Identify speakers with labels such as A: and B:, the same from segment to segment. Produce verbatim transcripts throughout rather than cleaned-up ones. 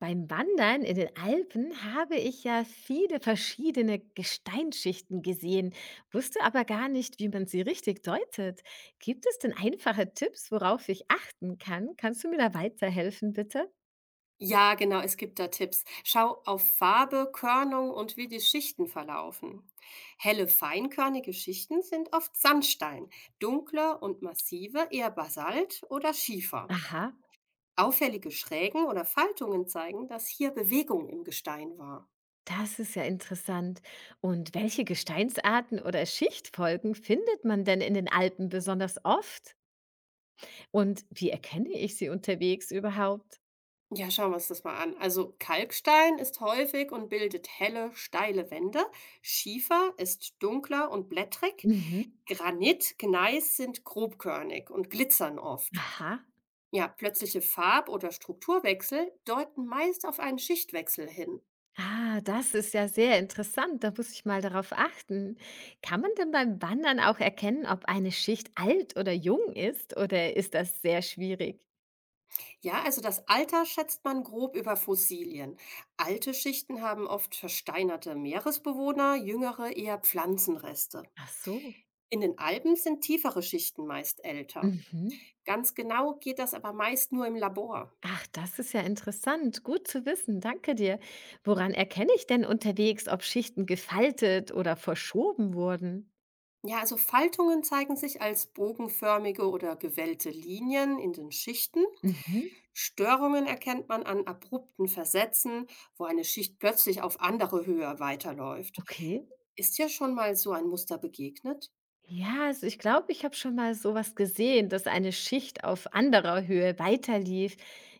A: Beim Wandern in den Alpen habe ich ja viele verschiedene Gesteinsschichten gesehen, wusste aber gar nicht, wie man sie richtig deutet. Gibt es denn einfache Tipps, worauf ich achten kann? Kannst du mir da weiterhelfen, bitte?
B: Ja, genau, es gibt da Tipps. Schau auf Farbe, Körnung und wie die Schichten verlaufen. Helle, feinkörnige Schichten sind oft Sandstein, dunkle und massive eher Basalt oder Schiefer.
A: Aha,
B: Auffällige Schrägen oder Faltungen zeigen, dass hier Bewegung im Gestein war.
A: das ist ja interessant. Und welche Gesteinsarten oder Schichtfolgen findet man denn in den Alpen besonders oft? Und wie erkenne ich sie unterwegs überhaupt?
B: Ja, schauen wir uns das mal an. Also Kalkstein ist häufig und bildet helle, steile Wände. Schiefer ist dunkler und blättrig.
A: Mhm.
B: Granit, Gneis sind grobkörnig und glitzern oft.
A: Aha.
B: Ja, plötzliche Farb- oder Strukturwechsel deuten meist auf einen Schichtwechsel hin.
A: Ah, das ist ja sehr interessant. Da muss ich mal darauf achten. Kann man denn beim Wandern auch erkennen, ob eine Schicht alt oder jung ist? Oder ist das sehr schwierig?
B: Ja, also das Alter schätzt man grob über Fossilien. Alte Schichten haben oft versteinerte Meeresbewohner, jüngere eher Pflanzenreste.
A: Ach so.
B: In den Alpen sind tiefere Schichten meist älter.
A: Mhm.
B: Ganz genau geht das aber meist nur im Labor.
A: Ach, das ist ja interessant. Gut zu wissen. Danke dir. Woran erkenne ich denn unterwegs, ob Schichten gefaltet oder verschoben wurden?
B: Ja, also Faltungen zeigen sich als bogenförmige oder gewellte Linien in den Schichten.
A: Mhm.
B: Störungen erkennt man an abrupten Versätzen, wo eine Schicht plötzlich auf andere Höhe weiterläuft.
A: Okay.
B: Ist dir schon mal so ein Muster begegnet?
A: Ja, also ich glaube, ich habe schon mal sowas gesehen, dass eine Schicht auf anderer Höhe weiterlief.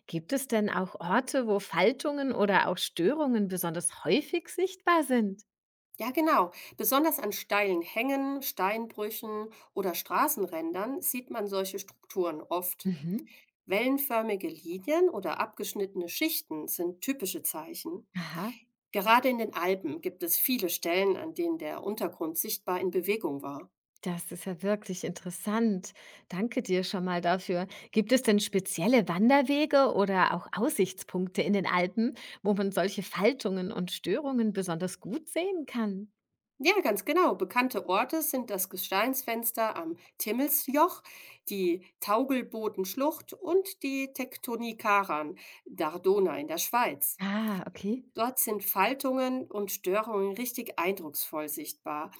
A: Gibt es denn auch Orte, wo Faltungen oder auch Störungen besonders häufig sichtbar sind?
B: Ja, genau. Besonders an steilen Hängen, Steinbrüchen oder Straßenrändern sieht man solche Strukturen oft.
A: Mhm.
B: Wellenförmige Linien oder abgeschnittene Schichten sind typische Zeichen.
A: Aha,
B: Gerade in den Alpen gibt es viele Stellen, an denen der Untergrund sichtbar in Bewegung war.
A: das ist ja wirklich interessant. Danke dir schon mal dafür. Gibt es denn spezielle Wanderwege oder auch Aussichtspunkte in den Alpen, wo man solche Faltungen und Störungen besonders gut sehen kann?
B: Ja, ganz genau. Bekannte Orte sind das Gesteinsfenster am Timmelsjoch, die Taugelbotenschlucht und die Tektonikaran Dardona in der Schweiz.
A: Ah, okay.
B: Dort sind Faltungen und Störungen richtig eindrucksvoll sichtbar,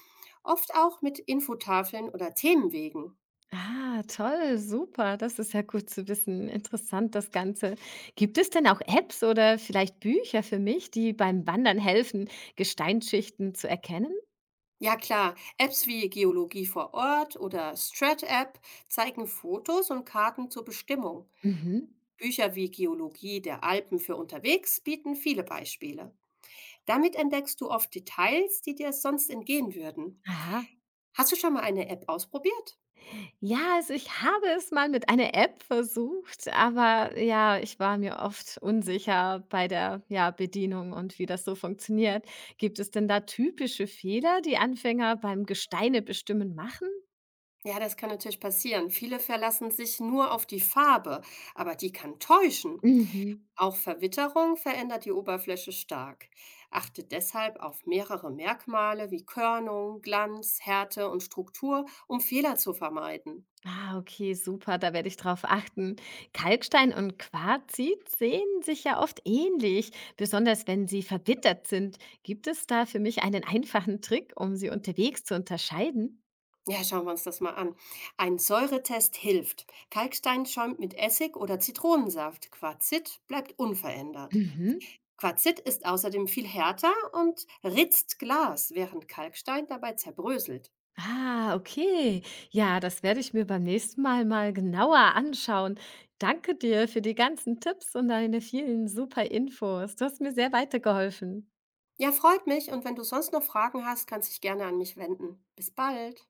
B: oft auch mit Infotafeln oder Themenwegen.
A: Ah, toll, super. Das ist ja gut zu wissen. Interessant, das Ganze. Gibt es denn auch Apps oder vielleicht Bücher für mich, die beim Wandern helfen, Gesteinsschichten zu erkennen?
B: Ja klar, Apps wie Geologie vor Ort oder Strat-App zeigen Fotos und Karten zur Bestimmung.
A: Mhm.
B: Bücher wie Geologie der Alpen für unterwegs bieten viele Beispiele. Damit entdeckst du oft Details, die dir sonst entgehen würden.
A: Aha.
B: Hast du schon mal eine App ausprobiert?
A: Ja, also ich habe es mal mit einer App versucht, aber ja, ich war mir oft unsicher bei der ja, Bedienung und wie das so funktioniert. Gibt es denn da typische Fehler, die Anfänger beim Gesteine bestimmen machen?
B: Ja, das kann natürlich passieren. Viele verlassen sich nur auf die Farbe, aber die kann täuschen.
A: Mhm.
B: Auch Verwitterung verändert die Oberfläche stark. Achte deshalb auf mehrere Merkmale wie Körnung, Glanz, Härte und Struktur, um Fehler zu vermeiden.
A: Ah, okay, super, da werde ich drauf achten. Kalkstein und Quarzit sehen sich ja oft ähnlich, besonders wenn sie verwittert sind. Gibt es da für mich einen einfachen Trick, um sie unterwegs zu unterscheiden?
B: Ja, schauen wir uns das mal an. Ein Säuretest hilft. Kalkstein schäumt mit Essig oder Zitronensaft. Quarzit bleibt unverändert.
A: Mhm.
B: Quarzit ist außerdem viel härter und ritzt Glas, während Kalkstein dabei zerbröselt.
A: Ah, okay. Ja, das werde ich mir beim nächsten Mal mal genauer anschauen. Danke dir für die ganzen Tipps und deine vielen super Infos. Du hast mir sehr weitergeholfen.
B: Ja, freut mich, und wenn du sonst noch Fragen hast, kannst dich gerne an mich wenden. Bis bald.